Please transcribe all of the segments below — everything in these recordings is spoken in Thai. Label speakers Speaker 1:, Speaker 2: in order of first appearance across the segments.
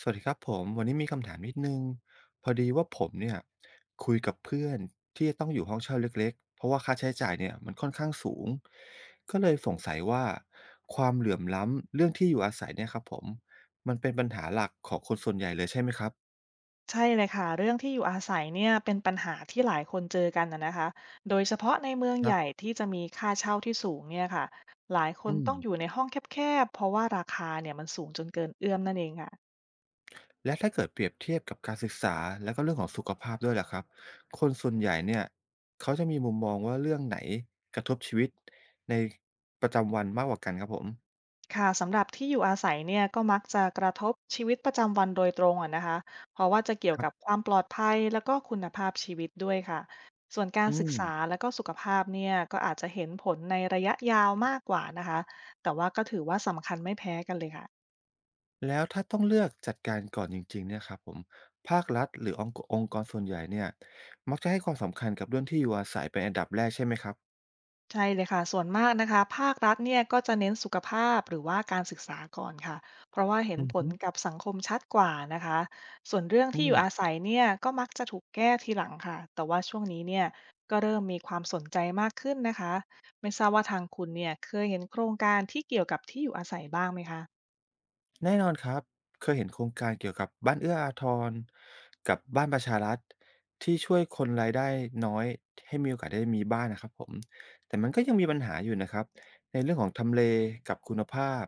Speaker 1: สวัสดีครับผมวันนี้มีคำถามนิดนึงพอดีว่าผมเนี่ยคุยกับเพื่อนที่จะต้องอยู่ห้องเช่าเล็กๆเพราะว่าค่าใช้จ่ายเนี่ยมันค่อนข้างสูงก็เลยสงสัยว่าความเหลื่อมล้ำเรื่องที่อยู่อาศัยเนี่ยครับผมมันเป็นปัญหาหลักของคนส่วนใหญ่เลยใช่ไหมครับ
Speaker 2: ใช่เลยค่ะเรื่องที่อยู่อาศัยเนี่ยเป็นปัญหาที่หลายคนเจอกันนะคะโดยเฉพาะในเมือง
Speaker 1: ค
Speaker 2: ให
Speaker 1: รั
Speaker 2: ญ่
Speaker 1: บ
Speaker 2: ที่จะมีค่าเช่าที่สูงเนี่ยค่ะหลายคน
Speaker 1: อืม
Speaker 2: ต้องอยู่ในห้องแคบๆเพราะว่าราคาเนี่ยมันสูงจนเกินเอื้อมนั่นเองค่ะ
Speaker 1: และถ้าเกิดเปรียบเทียบกับการศึกษาแล้วก็เรื่องของสุขภาพด้วยล่ะครับคนส่วนใหญ่เนี่ยเขาจะมีมุมมองว่าเรื่องไหนกระทบชีวิตในประจำวันมากกว่ากันครับผม
Speaker 2: ค่ะสำหรับที่อยู่อาศัยเนี่ยก็มักจะกระทบชีวิตประจำวันโดยตรงอ่ะนะคะเพราะว่าจะเกี่ย
Speaker 1: ค
Speaker 2: ว
Speaker 1: รั
Speaker 2: กั
Speaker 1: บ
Speaker 2: บความปลอดภัยแล้วก็คุณภาพชีวิตด้วยค่ะส่วนการ
Speaker 1: อื
Speaker 2: ศึกษา
Speaker 1: ม
Speaker 2: แล้วก็สุขภาพเนี่ยก็อาจจะเห็นผลในระยะยาวมากกว่านะคะแต่ว่าก็ถือว่าสำคัญไม่แพ้กันเลยค่ะ
Speaker 1: แล้วถ้าต้องเลือกจัดการก่อนจริงๆเนี่ยครับผมภาครัฐหรือองค์กรส่วนใหญ่เนี่ยมักจะให้ความสำคัญกับเรื่องที่อยู่อาศัยเป็นอันดับแรกใช่ไหมครับ
Speaker 2: ใช่เลยค่ะส่วนมากนะคะภาครัฐเนี่ยก็จะเน้นสุขภาพหรือว่าการศึกษาก่อนค่ะ เพราะว่าเห็น
Speaker 1: อือ
Speaker 2: ผล
Speaker 1: ฮึ
Speaker 2: กับสังคมชัดกว่านะคะ ส่วนเรื่อง
Speaker 1: อื
Speaker 2: ที่อยู่อา
Speaker 1: ม
Speaker 2: ศัยเนี่ยก็มักจะถูกแก้ทีหลังค่ะ แต่ว่าช่วงนี้เนี่ยก็เริ่มมีความสนใจมากขึ้นนะคะ ไม่ทราบว่าทางคุณเนี่ยเคยเห็นโครงการที่เกี่ยวกับที่อยู่อาศัยบ้างไหมคะ
Speaker 1: แน่นอนครับเคยเห็นโครงการเกี่ยวกับบ้านเอื้ออาทรกับบ้านประชารัฐที่ช่วยคนรายได้น้อยให้มีโอกาสได้มีบ้านนะครับผมแต่มันก็ยังมีปัญหาอยู่นะครับในเรื่องของทำเลกับคุณภาพ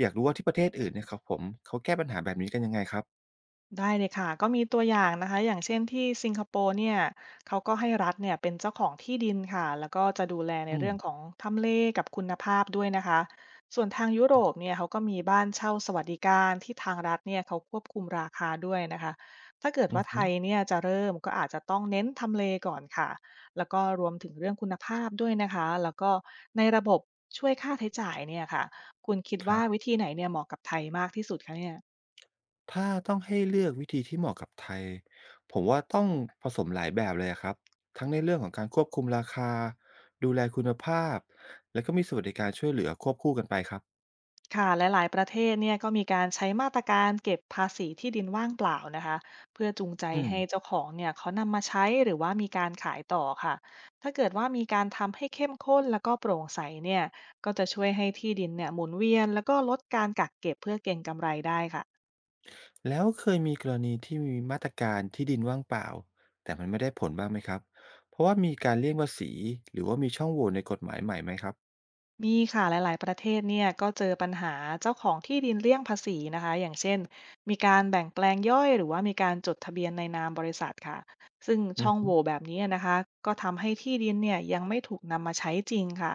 Speaker 1: อยากรู้ว่าที่ประเทศอื่นเนี่ยครับผมเขาแก้ปัญหาแบบนี้กันยังไงครับ
Speaker 2: ได้เลยค่ะก็มีตัวอย่างนะคะอย่างเช่นที่สิงคโปร์เนี่ยเขาก็ให้รัฐเนี่ยเป็นเจ้าของที่ดินค่ะแล้วก็จะดูแลใน
Speaker 1: อืม
Speaker 2: เรื่องของทำเลกับคุณภาพด้วยนะคะส่วนทางยุโรปเนี่ยเขาก็มีบ้านเช่าสวัสดิการที่ทางรัฐเนี่ยเขาควบคุมราคาด้วยนะคะถ้าเกิด
Speaker 1: อือ
Speaker 2: ว่าไท
Speaker 1: ฮึ
Speaker 2: ยเนี่ยจะเริ่มก็อาจจะต้องเน้นทำเลก่อนค่ะแล้วก็รวมถึงเรื่องคุณภาพด้วยนะคะแล้วก็ในระบบช่วยค่าใช้จ่ายเนี่ยค่ะคุณคิด
Speaker 1: ค
Speaker 2: ว่า
Speaker 1: รั
Speaker 2: วิ
Speaker 1: บ
Speaker 2: ธีไหนเนี่ยเหมาะกับไทยมากที่สุดคะเนี่ย
Speaker 1: ถ้าต้องให้เลือกวิธีที่เหมาะกับไทยผมว่าต้องผสมหลายแบบเลยอะครับทั้งในเรื่องของการควบคุมราคาดูแลคุณภาพแล้วก็มีสวัสดิการช่วยเหลือควบคู่กันไปครับ
Speaker 2: ค่ะและหลายประเทศเนี่ยก็มีการใช้มาตรการเก็บภาษีที่ดินว่างเปล่านะคะเพื่อจูงใจ
Speaker 1: อืม
Speaker 2: ให้เจ้าของเนี่ยเขานำมาใช้หรือว่ามีการขายต่อค่ะถ้าเกิดว่ามีการทำให้เข้มข้นแล้วก็โปร่งใสเนี่ยก็จะช่วยให้ที่ดินเนี่ยหมุนเวียนแล้วก็ลดการกักเก็บเพื่อเก็งกำไรได้ค่ะ
Speaker 1: แล้วเคยมีกรณีที่มีมาตรการที่ดินว่างเปล่าแต่มันไม่ได้ผลบ้างไหมครับเพราะว่ามีการเลี่ยงภาษีหรือว่ามีช่องโหว่ในกฎหมายใหม่ไหมครับ
Speaker 2: มีค่ะหลายๆประเทศเนี่ยก็เจอปัญหาเจ้าของที่ดินเลี่ยงภาษีนะคะอย่างเช่นมีการแบ่งแปลงย่อยหรือว่ามีการจดทะเบียนในนามบริษัทค่ะซึ่ง
Speaker 1: อื
Speaker 2: ช่
Speaker 1: ม
Speaker 2: อ
Speaker 1: อ
Speaker 2: งโห
Speaker 1: ฮึ
Speaker 2: ว่แบบนี้นะคะก็ทำให้ที่ดินเนี่ยยังไม่ถูกนำมาใช้จริงค่ะ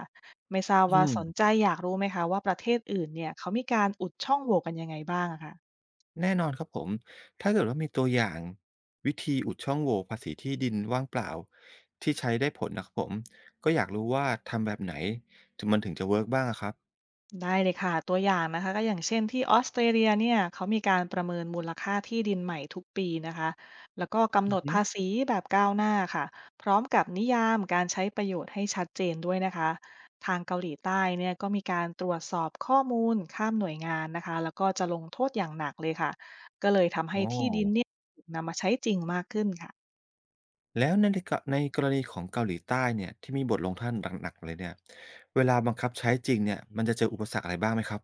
Speaker 2: ไม่ทราบ
Speaker 1: อื
Speaker 2: ว่าสนใจ
Speaker 1: ม
Speaker 2: อยากรู้ไหมคะว่าประเทศอื่นเนี่ยเขามีการอุดช่องโหว่กันยังไงบ้างอะค่ะ
Speaker 1: แน่นอนครับผม ถ้าเกิดว่ามีตัวอย่างวิธีอุดช่องโหว่ภาษีที่ดินว่างเปล่าที่ใช้ได้ผลนะครับผม ก็อยากรู้ว่าทำแบบไหนถึงจะเวิร์กบ้างอะครับ
Speaker 2: ได้เลยค่ะตัวอย่างนะคะก็อย่างเช่นที่ออสเตรเลียเนี่ยเขามีการประเมินมูลค่าที่ดินใหม่ทุกปีนะคะแล้วก็กำ
Speaker 1: อื
Speaker 2: หน
Speaker 1: อ
Speaker 2: ด
Speaker 1: ฮึ
Speaker 2: ภาษีแบบก้าวหน้าค่ะพร้อมกับนิยามการใช้ประโยชน์ให้ชัดเจนด้วยนะคะทางเกาหลีใต้เนี่ยก็มีการตรวจสอบข้อมูลข้ามหน่วยงานนะคะแล้วก็จะลงโทษอย่างหนักเลยค่ะ
Speaker 1: โอ้แล้วในกรณีของเกาหลีใต้เนี่ยที่มีบทลงโทานหนักๆเลยเนี่ย เวลาบังคับใช้จริงเนี่ยมันจะเจออุปสรรคอะไรบ้างไหมครับ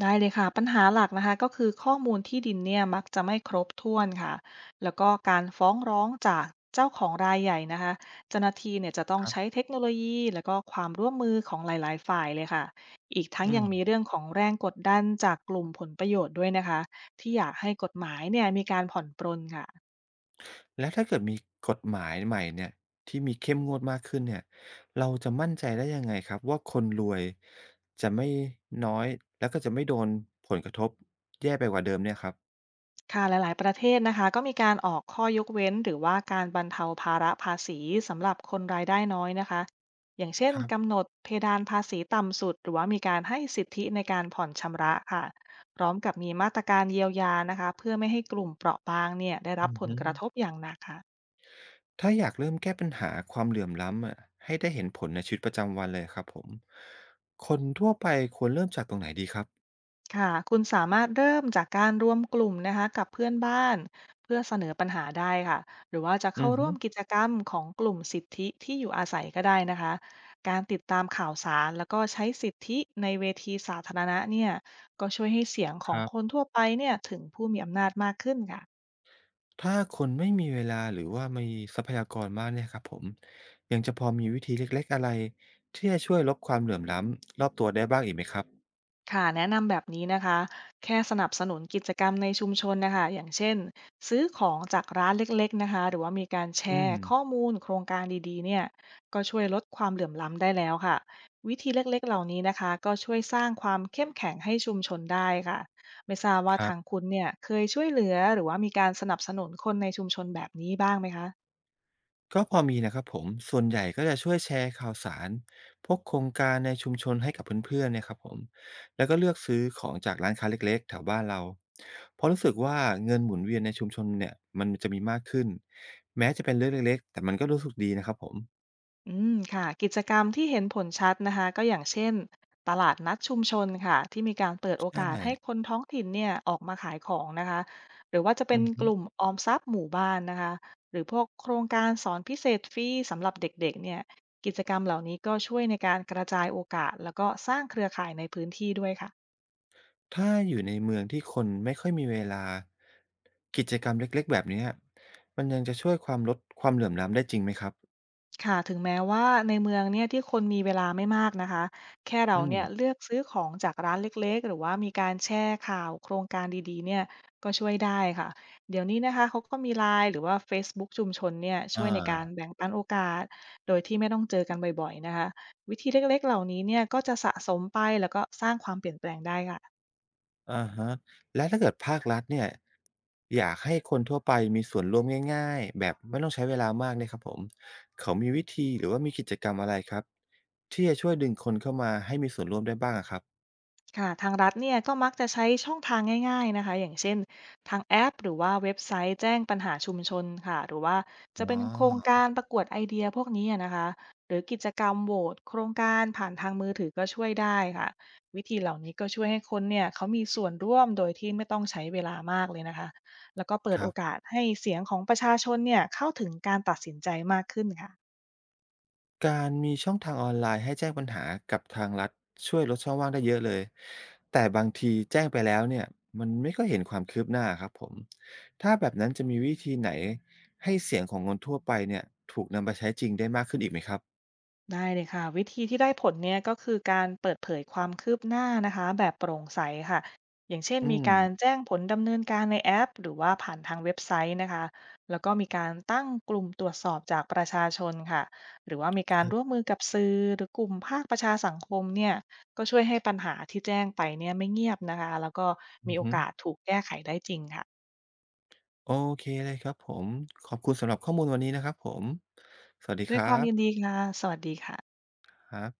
Speaker 2: ได้เลยค่ะปัญหาหลักนะคะก็คือข้อมูลที่ดินเนี่ยมักจะไม่ครบถ้วนค่ะแล้วก็การฟ้องร้องจากเจ้าของรายใหญ่นะคะเจ้าหน้าที่เนี่ยจะต้อง
Speaker 1: ครั
Speaker 2: ใช้
Speaker 1: บ
Speaker 2: เทคโนโลยีแล้วก็ความร่วมมือของหลายๆ ฝ่ายเลยค่ะอีกทั้ง
Speaker 1: อื
Speaker 2: ยังมี
Speaker 1: ม
Speaker 2: เรื่องของแรงกดดันจากกลุ่มผลประโยชน์ด้วยนะคะที่อยากให้กฎหมายเนี่ยมีการผ่อนปรนค่ะ
Speaker 1: แล้วถ้าเกิดมีกฎหมายใหม่เนี่ยที่มีเข้มงวดมากขึ้นเนี่ยเราจะมั่นใจได้ยังไงครับว่าคนรวยจะไม่น้อยแล้วก็จะไม่โดนผลกระทบแย่ไปกว่าเดิมเนี่ยครับ
Speaker 2: ค่ะหลายๆประเทศนะคะก็มีการออกข้อยกเว้นหรือว่าการบรรเทาภาระภาษีสำหรับคนรายได้น้อยนะคะอย่างเช่น
Speaker 1: ครั
Speaker 2: กำห
Speaker 1: บ
Speaker 2: นดเพดานภาษีต่ำสุดหรือว่ามีการให้สิทธิในการผ่อนชำระค่ะพร้อมกับมีมาตรการเยียวยานะคะเพื่อไม่ให้กลุ่มเปราะบางเนี่ยได้รั
Speaker 1: อื
Speaker 2: บ
Speaker 1: อ
Speaker 2: ผล
Speaker 1: ฮึ
Speaker 2: กระทบอย่างหนักค่ะ
Speaker 1: ถ้าอยากเริ่มแก้ปัญหาความเหลื่อมล้ำอะให้ได้เห็นผลในชีวิตประจำวันเลยอะครับผมคนทั่วไปควรเริ่มจากตรงไหนดีครับ
Speaker 2: ค่ะคุณสามารถเริ่มจากการรวมกลุ่มนะคะกับเพื่อนบ้านเพื่อเสนอปัญหาได้ค่ะหรือว่าจะ
Speaker 1: อื
Speaker 2: เข้า
Speaker 1: อ
Speaker 2: ร่
Speaker 1: ฮึ
Speaker 2: วมกิจกรรมของกลุ่มสิทธิที่อยู่อาศัยก็ได้นะคะการติดตามข่าวสารแล้วก็ใช้สิทธิในเวทีสาธารณะเนี่ยก็ช่วยให้เสียงข
Speaker 1: ค
Speaker 2: อง
Speaker 1: รั
Speaker 2: ค
Speaker 1: บ
Speaker 2: นทั่วไปเนี่ยถึงผู้มีอำนาจมากขึ้นค่ะ
Speaker 1: ถ้าคนไม่มีเวลาหรือว่ามีทรัพยากรมากเนี่ยครับผมยังจะพอมีวิธีเล็กๆอะไรที่จะช่วยลดความเหลื่อมล้ำรอบตัวได้บ้างอีกไหมครับ
Speaker 2: ค่ะแนะนำแบบนี้นะคะแค่สนับสนุนกิจกรรมในชุมชนนะคะอย่างเช่นซื้อของจากร้านเล็กๆนะคะหรือว่ามีการแช
Speaker 1: อื
Speaker 2: ร์ข้อ
Speaker 1: ม
Speaker 2: มูลโครงการดีๆเนี่ยก็ช่วยลดความเหลื่อมล้ำได้แล้วค่ะวิธีเล็กๆเหล่านี้นะคะก็ช่วยสร้างความเข้มแข็งให้ชุมชนได้ค่ะไม่ทราบ
Speaker 1: ค
Speaker 2: ว่า
Speaker 1: รั
Speaker 2: ทาง
Speaker 1: บ
Speaker 2: คุณเนี่ยเคยช่วยเหลือหรือว่ามีการสนับสนุนคนในชุมชนแบบนี้บ้างไหมคะ
Speaker 1: ก็พอมีนะครับผมส่วนใหญ่ก็จะช่วยแชร์ข่าวสารพวกโครงการในชุมชนให้กับเพื่อนๆเนี่ยครับผมแล้วก็เลือกซื้อของจากร้านค้าเล็กๆแถวบ้านเราเพราะรู้สึกว่าเงินหมุนเวียนในชุมชนเนี่ยมันจะมีมากขึ้นแม้จะเป็นเรื่องเล็กๆแต่มันก็รู้สึกดีนะครับผม
Speaker 2: อืมค่ะกิจกรรมที่เห็นผลชัดนะคะก็อย่างเช่นตลาดนัดชุมชนค่ะที่มีการเปิดโอ
Speaker 1: ใช่
Speaker 2: กาสให้คนท้องถิ่นเนี่ยออกมาขายของนะคะหรือว่าจะเป็
Speaker 1: อื
Speaker 2: น
Speaker 1: อ
Speaker 2: ก
Speaker 1: ฮึ
Speaker 2: ลุ่มออมทรัพย์หมู่บ้านนะคะหรือพวกโครงการสอนพิเศษฟรีสำหรับเด็กๆเนี่ยกิจกรรมเหล่านี้ก็ช่วยในการกระจายโอกาสแล้วก็สร้างเครือข่ายในพื้นที่ด้วยค่ะ
Speaker 1: ถ้าอยู่ในเมืองที่คนไม่ค่อยมีเวลากิจกรรมเล็กๆแบบเนี้ยมันยังจะช่วยความลดความเหลื่อมล้ำได้จริงไหมครับ
Speaker 2: ค่ะถึงแม้ว่าในเมืองเนี่ยที่คนมีเวลาไม่มากนะคะแค่เรา
Speaker 1: อืม
Speaker 2: เนี่ยเลือกซื้อของจากร้านเล็กๆหรือว่ามีการแชร์ข่าวโครงการดีๆเนี่ยก็ช่วยได้ค่ะเดี๋ยวนี้นะคะเขาก็มีไลน์หรือว่า Facebook ชุมชนเนี่ยช่ว
Speaker 1: อา
Speaker 2: ยในการแบ่งปันโอกาสโดยที่ไม่ต้องเจอกันบ่อยๆนะคะวิธีเล็กๆเหล่านี้เนี่ยก็จะสะสมไปแล้วก็สร้างความเปลี่ยนแปลงได้ค่ะ
Speaker 1: อะฮะแล้วถ้าเกิดภาครัฐเนี่ยอยากให้คนทั่วไปมีส่วนร่วมง่ายๆแบบไม่ต้องใช้เวลามากเนี่ยครับผมเขามีวิธีหรือว่ามีกิจกรรมอะไรครับที่จะช่วยดึงคนเข้ามาให้มีส่วนร่วมได้บ้างอะครับ
Speaker 2: ค่ะทางรัฐเนี่ยก็มักจะใช้ช่องทางง่ายๆนะคะอย่างเช่นทางแอปหรือว่าเว็บไซต์แจ้งปัญหาชุมชนค่ะหรือว่าจะ
Speaker 1: อ๋
Speaker 2: เป็นโครง
Speaker 1: อ
Speaker 2: การประกวดไอเดียพวกนี้อะนะคะหรือกิจกรรมโหวตโครงการผ่านทางมือถือก็ช่วยได้ค่ะวิธีเหล่านี้ก็ช่วยให้คนเนี่ยเขามีส่วนร่วมโดยที่ไม่ต้องใช้เวลามากเลยนะคะแล้วก็เปิด
Speaker 1: ค
Speaker 2: โอ
Speaker 1: รับ
Speaker 2: กาสให้เสียงของประชาชนเนี่ยเข้าถึงการตัดสินใจมากขึ้นค่ะ
Speaker 1: การมีช่องทางออนไลน์ให้แจ้งปัญหากับทางรัฐช่วยลดช่องว่างได้เยอะเลยแต่บางทีแจ้งไปแล้วเนี่ยมันไม่ก็เห็นความคืบหน้าครับผมถ้าแบบนั้นจะมีวิธีไหนให้เสียงของคนทั่วไปเนี่ยถูกนำไปใช้จริงได้มากขึ้นอีกไหมครับ
Speaker 2: ได้เลยค่ะวิธีที่ได้ผลเนี่ยก็คือการเปิดเผยความคืบหน้านะคะแบบโปร่งใสค่ะอย่างเช่น
Speaker 1: อื
Speaker 2: มี
Speaker 1: ม
Speaker 2: การแจ้งผลดำเนินการในแอปหรือว่าผ่านทางเว็บไซต์นะคะแล้วก็มีการตั้งกลุ่มตรวจสอบจากประชาชนค่ะหรือว่ามี
Speaker 1: ค
Speaker 2: การ
Speaker 1: รั
Speaker 2: ร่วม
Speaker 1: บ
Speaker 2: มือกับสื่อหรือกลุ่มภาคประชาสังคมเนี่ยก็ช่วยให้ปัญหาที่แจ้งไปเนี่ยไม่เงียบนะคะแล้วก็
Speaker 1: อื
Speaker 2: มี
Speaker 1: อ
Speaker 2: โอ
Speaker 1: ฮึ
Speaker 2: กาสถูกแก้ไขได้จริงค่ะ
Speaker 1: โอเคเลยครับผมขอบคุณสำหรับข้อมูลวันนี้นะครับผมสวัสดี
Speaker 2: ด้
Speaker 1: ค
Speaker 2: วย
Speaker 1: รั
Speaker 2: ความยินดี
Speaker 1: บ
Speaker 2: ค่ะสวัสดีค่ะ
Speaker 1: ครับ